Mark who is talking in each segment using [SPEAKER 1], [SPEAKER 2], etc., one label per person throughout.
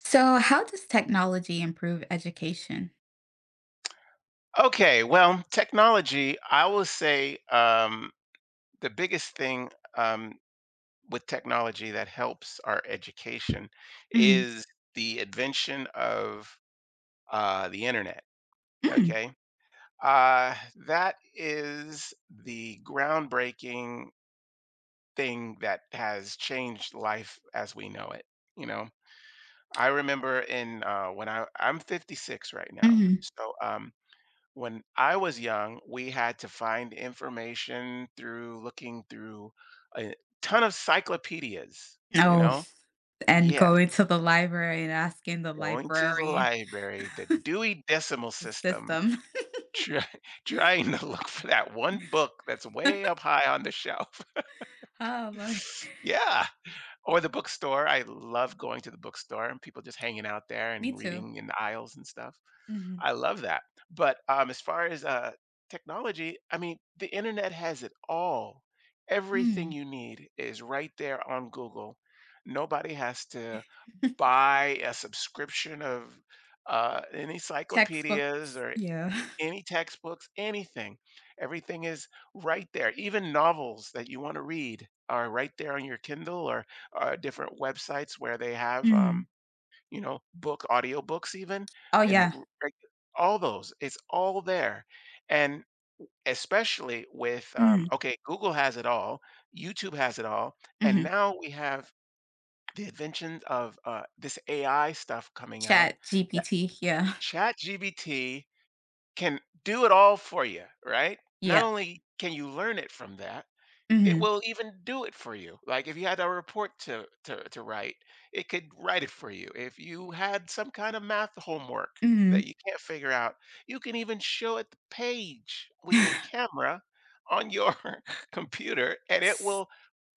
[SPEAKER 1] So, how does technology improve education?
[SPEAKER 2] Okay, well, technology, I will say the biggest thing um, with technology that helps our education
[SPEAKER 1] Mm,
[SPEAKER 2] is the invention of the internet.
[SPEAKER 1] mm,
[SPEAKER 2] Okay, uh, that is the groundbreaking thing that has changed life as we know it. You know, I remember in when I'm 56 right now,
[SPEAKER 1] mhm.
[SPEAKER 2] so when I was young, we had to find information through looking through a ton of cyclopedias, you
[SPEAKER 1] Oh,
[SPEAKER 2] know?
[SPEAKER 1] and
[SPEAKER 2] Yes,
[SPEAKER 1] going to the library and asking the
[SPEAKER 2] going to the
[SPEAKER 1] librarian
[SPEAKER 2] library, the Dewey Decimal
[SPEAKER 1] the
[SPEAKER 2] System,
[SPEAKER 1] system.
[SPEAKER 2] try, trying to look for that one book that's way up high on the shelf.
[SPEAKER 1] Oh, Lord.
[SPEAKER 2] Yeah. Or the bookstore. I love going to the bookstore and people just hanging out there
[SPEAKER 1] Me
[SPEAKER 2] and
[SPEAKER 1] too.
[SPEAKER 2] reading in the aisles and stuff.
[SPEAKER 1] Hmm.
[SPEAKER 2] I love that. But as far as technology, I mean, the internet has it all. Everything
[SPEAKER 1] Mm.
[SPEAKER 2] you need is right there on Google. Nobody has to buy a subscription of any encyclopedias
[SPEAKER 1] Textbooks.
[SPEAKER 2] or
[SPEAKER 1] Yeah.
[SPEAKER 2] any textbooks, anything. Everything is right there. Even novels that you want to read are right there on your Kindle or different websites where they have
[SPEAKER 1] Mm.
[SPEAKER 2] book audiobooks even,
[SPEAKER 1] Oh,
[SPEAKER 2] and
[SPEAKER 1] yeah.
[SPEAKER 2] r like, all those, it's all there, and especially with,
[SPEAKER 1] Mm.
[SPEAKER 2] okay, Google has it all, YouTube has it all, and
[SPEAKER 1] Hmm.
[SPEAKER 2] now we have the invention of, this AI stuff coming out
[SPEAKER 1] Chat
[SPEAKER 2] that
[SPEAKER 1] GPT. Yeah.
[SPEAKER 2] ChatGPT can do it all for you, right? Not
[SPEAKER 1] Yep.
[SPEAKER 2] only can you learn it from that, it
[SPEAKER 1] Hmm.
[SPEAKER 2] will even do it for you. Like if you had a report to, to write, it could write it for you. If you had some kind of math homework
[SPEAKER 1] Hmm.
[SPEAKER 2] that you can't figure out, you can even show it the page with your camera on your computer and it will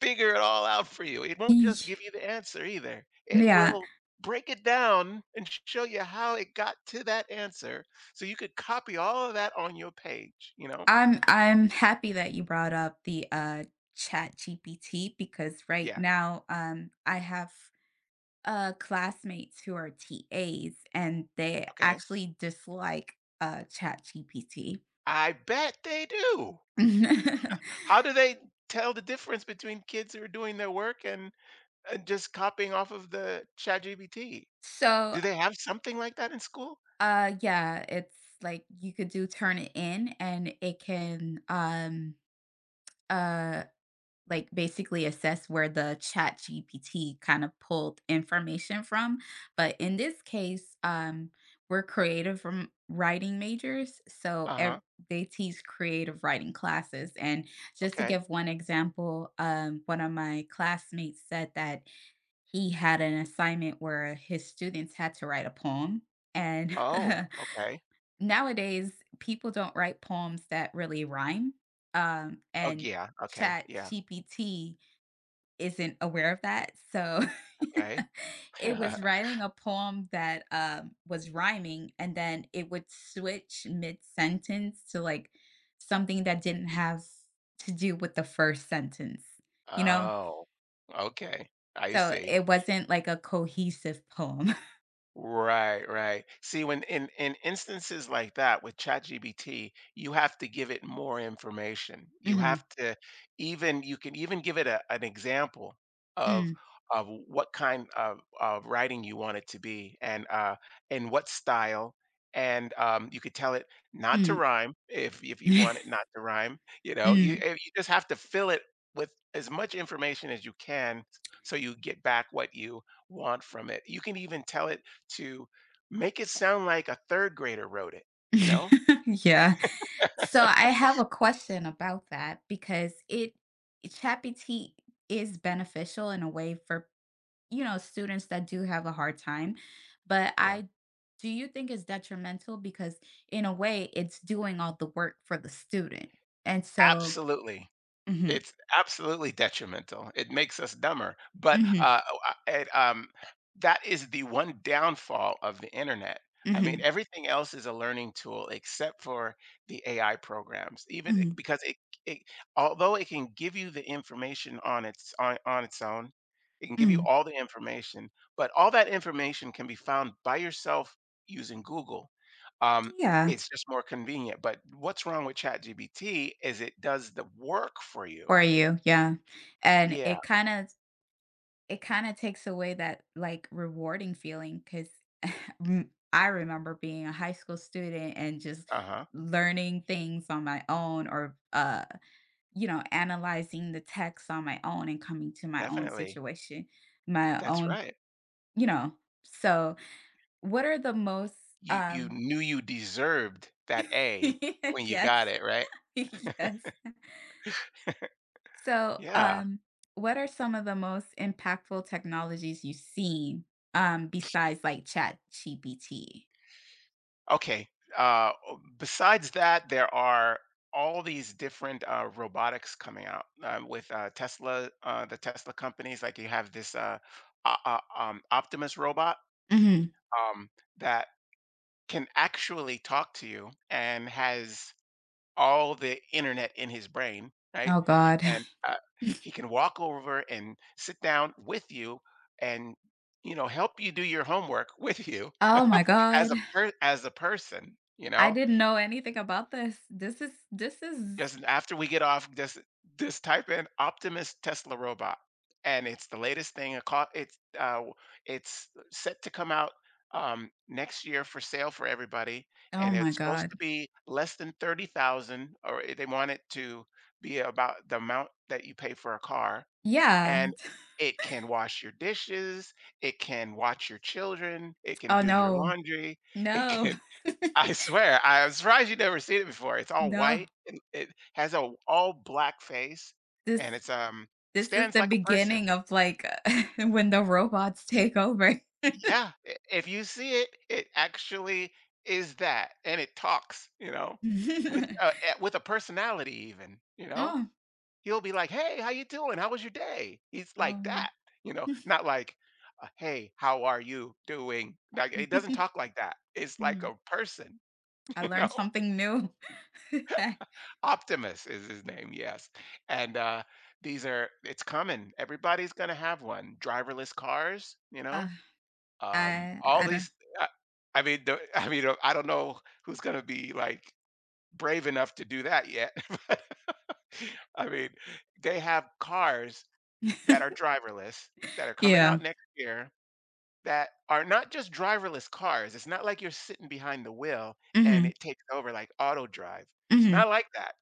[SPEAKER 2] figure it all out for you. It won't just give you the answer either. It
[SPEAKER 1] Yeah.
[SPEAKER 2] will break it down and show you how it got to that answer so you could copy all of that on your page, you know?
[SPEAKER 1] I'm happy that you brought up the ChatGPT because right
[SPEAKER 2] Yeah,
[SPEAKER 1] now I have classmates who are TAs and they
[SPEAKER 2] okay.
[SPEAKER 1] actually dislike ChatGPT.
[SPEAKER 2] I bet they do. How do they tell the difference between kids who are doing their work and just copying off of the ChatGPT?
[SPEAKER 1] So
[SPEAKER 2] Do they have something like that in school?
[SPEAKER 1] yeah, it's like you could do turn it in and it can uh like basically assess where the chat gpt kind of pulled information from, but in this case we're creative from writing majors
[SPEAKER 2] Uh-huh.
[SPEAKER 1] they teach creative writing classes. And just to
[SPEAKER 2] Okay.
[SPEAKER 1] give one example, one of my classmates said that he had an assignment where his students had to write a poem. And
[SPEAKER 2] Oh, okay.
[SPEAKER 1] nowadays people don't write poems that really rhyme,
[SPEAKER 2] Oh,
[SPEAKER 1] and
[SPEAKER 2] yeah. Okay.
[SPEAKER 1] chat
[SPEAKER 2] Yeah.
[SPEAKER 1] isn't aware of that. So
[SPEAKER 2] Okay.
[SPEAKER 1] it was writing a poem that was rhyming, and then it would switch mid sentence to like something that didn't have to do with the first sentence, you know?
[SPEAKER 2] Oh, okay. I
[SPEAKER 1] So
[SPEAKER 2] see.
[SPEAKER 1] it wasn't like a cohesive poem.
[SPEAKER 2] Right, right. See, when in instances like that with ChatGPT, you have to give it more information. You
[SPEAKER 1] Mhm,
[SPEAKER 2] have to even you can even give it a, an example of
[SPEAKER 1] mm,
[SPEAKER 2] of what kind of writing you want it to be and what style. And you could tell it not to
[SPEAKER 1] mm,
[SPEAKER 2] rhyme if you want it not to rhyme. You know,
[SPEAKER 1] mm.
[SPEAKER 2] you just have to fill it with as much information as you can so you get back what you want from it. You can even tell it to make it sound like a third grader wrote it, you know?
[SPEAKER 1] Yeah. So I have a question about that, because it ChatGPT is beneficial in a way for, you know, students that do have a hard time. But
[SPEAKER 2] Yeah,
[SPEAKER 1] I Do you think it's detrimental because in a way it's doing all the work for the student? And so
[SPEAKER 2] absolutely.
[SPEAKER 1] mhm,
[SPEAKER 2] It's absolutely detrimental. It makes us dumber, but,
[SPEAKER 1] mhm,
[SPEAKER 2] it, that is the one downfall of the internet. I mean,
[SPEAKER 1] mhm,
[SPEAKER 2] everything else is a learning tool except for the AI programs,
[SPEAKER 1] mhm,
[SPEAKER 2] because it although it can give you the information on its own, it can give you
[SPEAKER 1] mhm.
[SPEAKER 2] all the information, but all that information can be found by yourself using Google. Um,
[SPEAKER 1] Yeah,
[SPEAKER 2] it's just more convenient, but what's wrong with ChatGPT is it does the work for you.
[SPEAKER 1] for you. Yeah. And
[SPEAKER 2] Yeah,
[SPEAKER 1] it kind of takes away that like rewarding feeling cuz mm, I remember being a high school student and just
[SPEAKER 2] uh-huh,
[SPEAKER 1] learning things on my own or you know, analyzing the text on my own and coming to my own
[SPEAKER 2] definitely.
[SPEAKER 1] situation, my
[SPEAKER 2] That's
[SPEAKER 1] own,
[SPEAKER 2] right.
[SPEAKER 1] you know. So, what are the most
[SPEAKER 2] You
[SPEAKER 1] um
[SPEAKER 2] knew you deserved that A when you got
[SPEAKER 1] yes.
[SPEAKER 2] it, right?
[SPEAKER 1] Yes. So,
[SPEAKER 2] Yeah.
[SPEAKER 1] what are some of the most impactful technologies you've seen besides like Chat GPT?
[SPEAKER 2] Okay, o besides that, there are all these different, robotics coming out, with, Tesla, the Tesla companies, like, you have this, o o Optimus robot,
[SPEAKER 1] Mhm.
[SPEAKER 2] um, that can actually talk to you and has all the internet in his brain, right?
[SPEAKER 1] Oh god.
[SPEAKER 2] And he can walk over and sit down with you and, you know, help you do your homework with you
[SPEAKER 1] Oh my god.
[SPEAKER 2] as a person, you
[SPEAKER 1] I
[SPEAKER 2] know.
[SPEAKER 1] didn't know anything about this. This is
[SPEAKER 2] Just after we get off, just type in Optimus Tesla robot, and it's the latest thing. It caught it's w- It's set to come out next year for sale for everybody,
[SPEAKER 1] oh
[SPEAKER 2] and
[SPEAKER 1] my
[SPEAKER 2] it's supposed
[SPEAKER 1] god.
[SPEAKER 2] to be less than 30,000, or they want it to be about the amount that you pay for a car,
[SPEAKER 1] Yeah.
[SPEAKER 2] and it can wash your dishes, it can watch your children, it can
[SPEAKER 1] Oh
[SPEAKER 2] do your
[SPEAKER 1] no.
[SPEAKER 2] laundry, it
[SPEAKER 1] No.
[SPEAKER 2] can I swear, I'm surprised you never seen it before. It's all
[SPEAKER 1] No,
[SPEAKER 2] white and it has a all black face and
[SPEAKER 1] this
[SPEAKER 2] it's
[SPEAKER 1] this is
[SPEAKER 2] stands
[SPEAKER 1] the
[SPEAKER 2] like a person.
[SPEAKER 1] beginning of, like, when the robots take over.
[SPEAKER 2] Yeah, if you see it, it actually is that and it talks, you know, with with a personality even, you know.
[SPEAKER 1] Oh,
[SPEAKER 2] He'll be like, "Hey, how you doing? How was your day?" He's like
[SPEAKER 1] oh.
[SPEAKER 2] that, you know, not like "Hey, how are you doing?" Like it doesn't talk like that. It's like
[SPEAKER 1] Mm,
[SPEAKER 2] a person,
[SPEAKER 1] I
[SPEAKER 2] you
[SPEAKER 1] learned
[SPEAKER 2] know.
[SPEAKER 1] something new.
[SPEAKER 2] Optimus is his name, yes. And these are, it's coming. Everybody's going to have one. Driverless cars, you know,
[SPEAKER 1] Uh, I
[SPEAKER 2] all
[SPEAKER 1] I don't
[SPEAKER 2] these. I, I mean, I mean, I don't know who's going to be like brave enough to do that yet. But, I mean, they have cars that are driverless that are coming
[SPEAKER 1] Yeah.
[SPEAKER 2] out next year that are not just driverless cars. It's not like you're sitting behind the wheel and
[SPEAKER 1] Mhm,
[SPEAKER 2] it takes over like auto drive. It's
[SPEAKER 1] mhm,
[SPEAKER 2] not like that.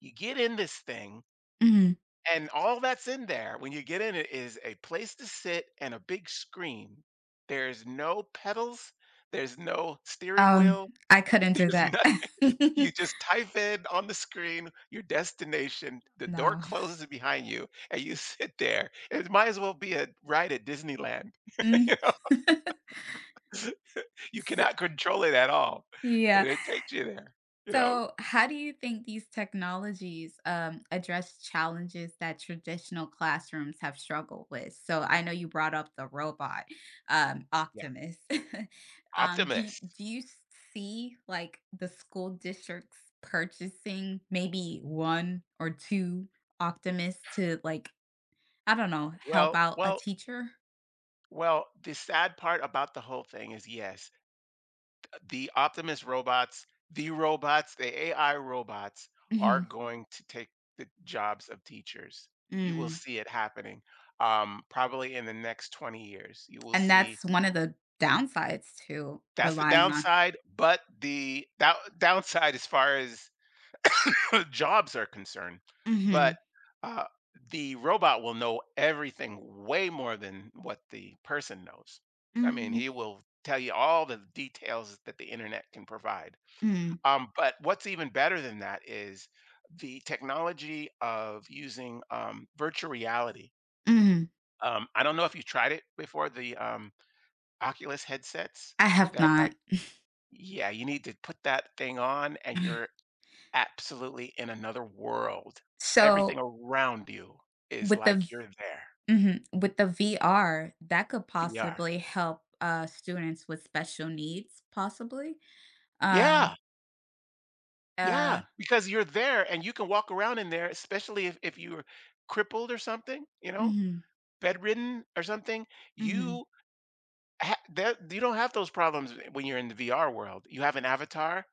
[SPEAKER 2] You get in this thing,
[SPEAKER 1] mhm.
[SPEAKER 2] and all that's in there when you get in it is a place to sit and a big screen. There's no pedals, there's no steering
[SPEAKER 1] Um,
[SPEAKER 2] wheel,
[SPEAKER 1] I couldn't do
[SPEAKER 2] there's
[SPEAKER 1] that.
[SPEAKER 2] nothing. You just type in on the screen your destination, the door
[SPEAKER 1] No.
[SPEAKER 2] closes behind you, and you sit there. It might as well be a ride at Disneyland.
[SPEAKER 1] Mm.
[SPEAKER 2] You know, you
[SPEAKER 1] S
[SPEAKER 2] cannot control it at all. And
[SPEAKER 1] yeah.
[SPEAKER 2] it takes you there, you know?
[SPEAKER 1] So, how do you think these technologies address challenges that traditional classrooms have struggled with? So, I know you brought up the robot,
[SPEAKER 2] Yeah.
[SPEAKER 1] Optimus. Um,
[SPEAKER 2] Optimist.
[SPEAKER 1] do you see like the school districts purchasing maybe one or two Optimus to like, I don't know, help
[SPEAKER 2] Well,
[SPEAKER 1] out a
[SPEAKER 2] well,
[SPEAKER 1] teacher?
[SPEAKER 2] well, the sad part about the whole thing is yes, the Optimus robots, the AI robots are
[SPEAKER 1] Mhm.
[SPEAKER 2] going to take the jobs of teachers. You will
[SPEAKER 1] Mm.
[SPEAKER 2] see it happening probably in the next 20 years. You will
[SPEAKER 1] And
[SPEAKER 2] see
[SPEAKER 1] that's one of the downsides to
[SPEAKER 2] that's the
[SPEAKER 1] relying on.
[SPEAKER 2] downside, but the downside as far as jobs are concerned. But
[SPEAKER 1] Mhm.
[SPEAKER 2] uh, the robot will know everything way more than what the person knows. I mean,
[SPEAKER 1] Mm,
[SPEAKER 2] he will tell you all the details that the internet can provide.
[SPEAKER 1] mm.
[SPEAKER 2] But what's even better than that is the technology of using virtual reality.
[SPEAKER 1] Mhm.
[SPEAKER 2] I don't know if you tried it before, the Oculus headsets
[SPEAKER 1] I have
[SPEAKER 2] that are,
[SPEAKER 1] not.
[SPEAKER 2] yeah, you need to put that thing on and you're absolutely in another world. Everything
[SPEAKER 1] So,
[SPEAKER 2] around you is
[SPEAKER 1] with the
[SPEAKER 2] like
[SPEAKER 1] v
[SPEAKER 2] you're there,
[SPEAKER 1] mhm, with the VR, that could
[SPEAKER 2] VR.
[SPEAKER 1] possibly help, students with special needs, possibly? Um,
[SPEAKER 2] Yeah,
[SPEAKER 1] uh
[SPEAKER 2] yeah, because you're there and you can walk around in there, especially if you're crippled or something, you know,
[SPEAKER 1] mhm,
[SPEAKER 2] bedridden or something.
[SPEAKER 1] mhm,
[SPEAKER 2] You there you don't have those problems when you're in the VR world. You have an avatar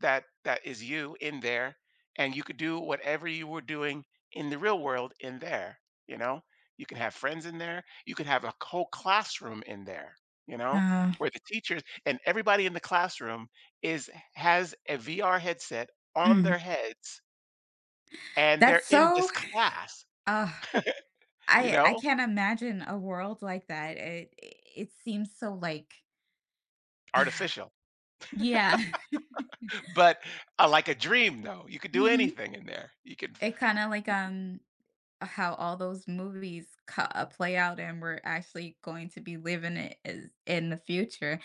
[SPEAKER 2] that is you in there, and you could do whatever you were doing in the real world in there. You know, you can have friends in there. You could have a whole classroom in there. You know,
[SPEAKER 1] uh,
[SPEAKER 2] where the teachers and everybody in the classroom is has a VR headset on their
[SPEAKER 1] mm.
[SPEAKER 2] heads, and they're
[SPEAKER 1] That's
[SPEAKER 2] in
[SPEAKER 1] so
[SPEAKER 2] this class.
[SPEAKER 1] ugh,
[SPEAKER 2] You
[SPEAKER 1] I
[SPEAKER 2] know,
[SPEAKER 1] can't imagine a world like that. It seems so, like
[SPEAKER 2] artificial,
[SPEAKER 1] yeah.
[SPEAKER 2] but like a dream though. You could do
[SPEAKER 1] Mhm.
[SPEAKER 2] anything in there. You could.
[SPEAKER 1] It kinda like, how all those movies co play out, and we're actually going to be living it is in the future.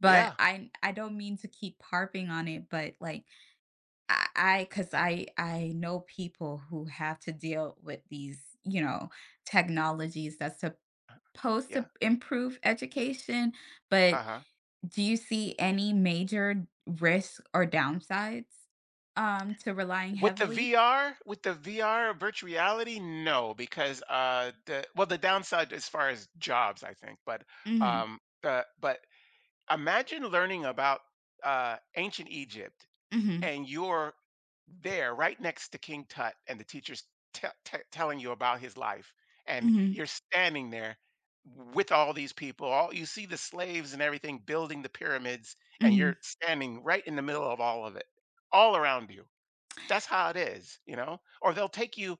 [SPEAKER 1] But
[SPEAKER 2] Yeah,
[SPEAKER 1] I don't mean to keep harping on it, but, like, I cause I know people who have to deal with these, you know, technologies that's supposed to
[SPEAKER 2] yeah,
[SPEAKER 1] improve education, but
[SPEAKER 2] uh-huh.
[SPEAKER 1] do you see any major risks or downsides, to relying
[SPEAKER 2] With
[SPEAKER 1] heavily?
[SPEAKER 2] the VR with the VR virtual reality, no, because, the, well, the downside as far as jobs, I think,
[SPEAKER 1] Mhm.
[SPEAKER 2] but imagine learning about, ancient Egypt,
[SPEAKER 1] Mhm.
[SPEAKER 2] and you're there right next to King Tut, and the teacher's telling you about his life, and
[SPEAKER 1] Mhm.
[SPEAKER 2] you're standing there with all these people. All you see the slaves and everything building the pyramids, and you're
[SPEAKER 1] Mhm.
[SPEAKER 2] standing right in the middle of all of it, all around you. That's how it is, you know. Or they'll take you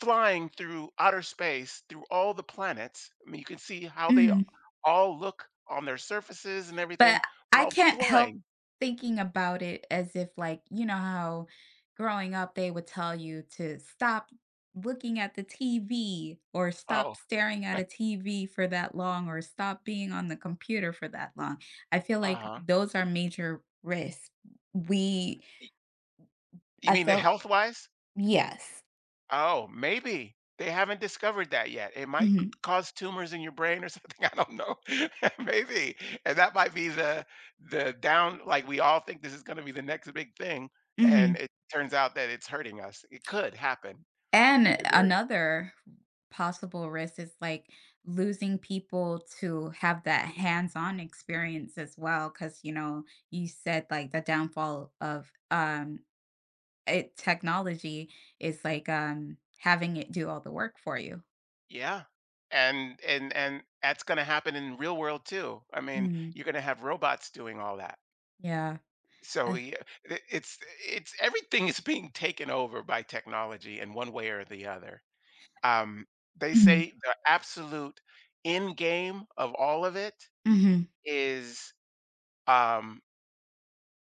[SPEAKER 2] flying through outer space, through all the planets. I mean, you can see how they
[SPEAKER 1] Mhm.
[SPEAKER 2] all look on their surfaces and
[SPEAKER 1] But
[SPEAKER 2] everything
[SPEAKER 1] I
[SPEAKER 2] while
[SPEAKER 1] can't help
[SPEAKER 2] flying.
[SPEAKER 1] thinking about it as if, like, you know how growing up they would tell you to stop looking at the TV, or
[SPEAKER 2] Oh,
[SPEAKER 1] stop staring at a TV for that long, or stop being on the computer for that long. I feel
[SPEAKER 2] uh
[SPEAKER 1] like
[SPEAKER 2] huh.
[SPEAKER 1] those are major risks. We
[SPEAKER 2] You
[SPEAKER 1] I
[SPEAKER 2] mean the
[SPEAKER 1] felt
[SPEAKER 2] health-wise?
[SPEAKER 1] yes.
[SPEAKER 2] Oh, maybe. They haven't discovered that yet. It might c
[SPEAKER 1] Mhm.
[SPEAKER 2] cause tumors in your brain or something, I don't know. Maybe, and that might be the down, like, we all think this is gonna be the next big thing, and
[SPEAKER 1] Mhm.
[SPEAKER 2] it turns out that it's hurting us. It could happen.
[SPEAKER 1] And
[SPEAKER 2] It very
[SPEAKER 1] another possible risk is like losing people to have that hands-on experience as well. Cause you know, you said like the downfall of it technology is like having it do all the work for you.
[SPEAKER 2] Yeah. And that's gonna happen in real world too. I mean,
[SPEAKER 1] Mm,
[SPEAKER 2] you're gonna have robots doing all that.
[SPEAKER 1] yeah.
[SPEAKER 2] So,
[SPEAKER 1] Uh,
[SPEAKER 2] yeah, I it's everything is being taken over by technology in one way or the other. Um, they
[SPEAKER 1] mm,
[SPEAKER 2] say the absolute end game of all of it
[SPEAKER 1] hmm.
[SPEAKER 2] is um,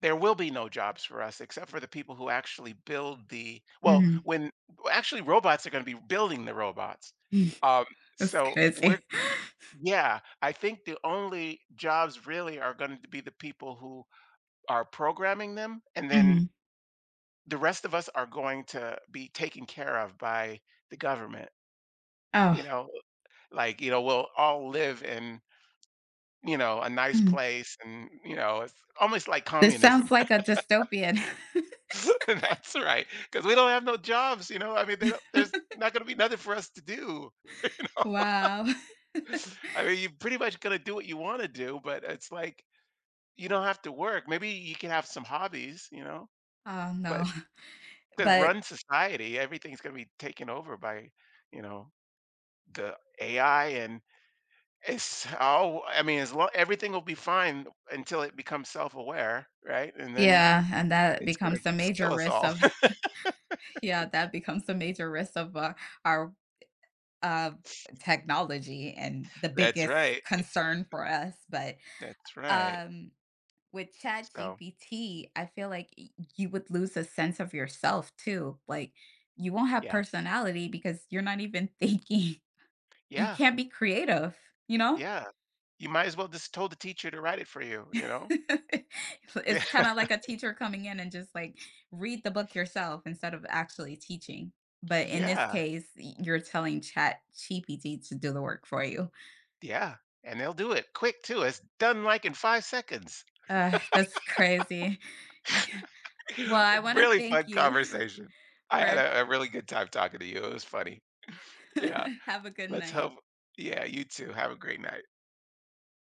[SPEAKER 2] there will be no jobs for us except for the people who actually build the, well,
[SPEAKER 1] Hmm.
[SPEAKER 2] when, well, actually robots are going to be building the robots, um,
[SPEAKER 1] That's
[SPEAKER 2] so we're,
[SPEAKER 1] crazy.
[SPEAKER 2] yeah, I think the only jobs really are going to be the people who are programming them and then
[SPEAKER 1] Hmm.
[SPEAKER 2] the rest of us are going to be taken care of by the government, you
[SPEAKER 1] Oh,
[SPEAKER 2] know, like, you know, we'll all live in, you know, a nice
[SPEAKER 1] mm.
[SPEAKER 2] place and, you know, it's almost like
[SPEAKER 1] This
[SPEAKER 2] communism.
[SPEAKER 1] sounds like a dystopian.
[SPEAKER 2] That's right. Because we don't have no jobs, you know. I mean, they don't, there's not going to be nothing for us to do.
[SPEAKER 1] Wow.
[SPEAKER 2] I mean, you're pretty much going to do what you want to do, but it's like you don't have to work. Maybe you can have some hobbies, you know,
[SPEAKER 1] Oh no.
[SPEAKER 2] but to
[SPEAKER 1] But
[SPEAKER 2] run society, everything's going to be taken over by, you know, the AI, and it's all, I mean, as long, everything will be fine until it becomes self aware, right? And then
[SPEAKER 1] yeah, and that
[SPEAKER 2] it's gonna
[SPEAKER 1] becomes a
[SPEAKER 2] just kill
[SPEAKER 1] major
[SPEAKER 2] us
[SPEAKER 1] risk
[SPEAKER 2] all.
[SPEAKER 1] of yeah, that becomes a major risk of our uh, technology and the
[SPEAKER 2] That's
[SPEAKER 1] biggest
[SPEAKER 2] right. Y
[SPEAKER 1] concern for us. But
[SPEAKER 2] That's right.
[SPEAKER 1] um, with
[SPEAKER 2] So,
[SPEAKER 1] ChatGPT, I feel like you would lose a sense of yourself too. Like you won't have
[SPEAKER 2] yeah.
[SPEAKER 1] personality because you're not even thinking. You
[SPEAKER 2] Yeah,
[SPEAKER 1] can't be creative, you know?
[SPEAKER 2] yeah. You might as well just told the teacher to write it for you, you know? Yeah.
[SPEAKER 1] It's kind of like a teacher coming in and just like read the book yourself instead of actually teaching. But in this
[SPEAKER 2] Yeah,
[SPEAKER 1] case, you're telling Chat GPT to do the work for you.
[SPEAKER 2] yeah, and they'll do it quick too. It's done, like, in 5 seconds.
[SPEAKER 1] That's crazy. Yeah. Well, I want to
[SPEAKER 2] Really
[SPEAKER 1] thank
[SPEAKER 2] fun
[SPEAKER 1] you
[SPEAKER 2] conversation. I had
[SPEAKER 1] for
[SPEAKER 2] a really good time talking to you. It was funny. Yeah.
[SPEAKER 1] have a good
[SPEAKER 2] Let's
[SPEAKER 1] night.
[SPEAKER 2] hope. Yeah, you too. Have a great night.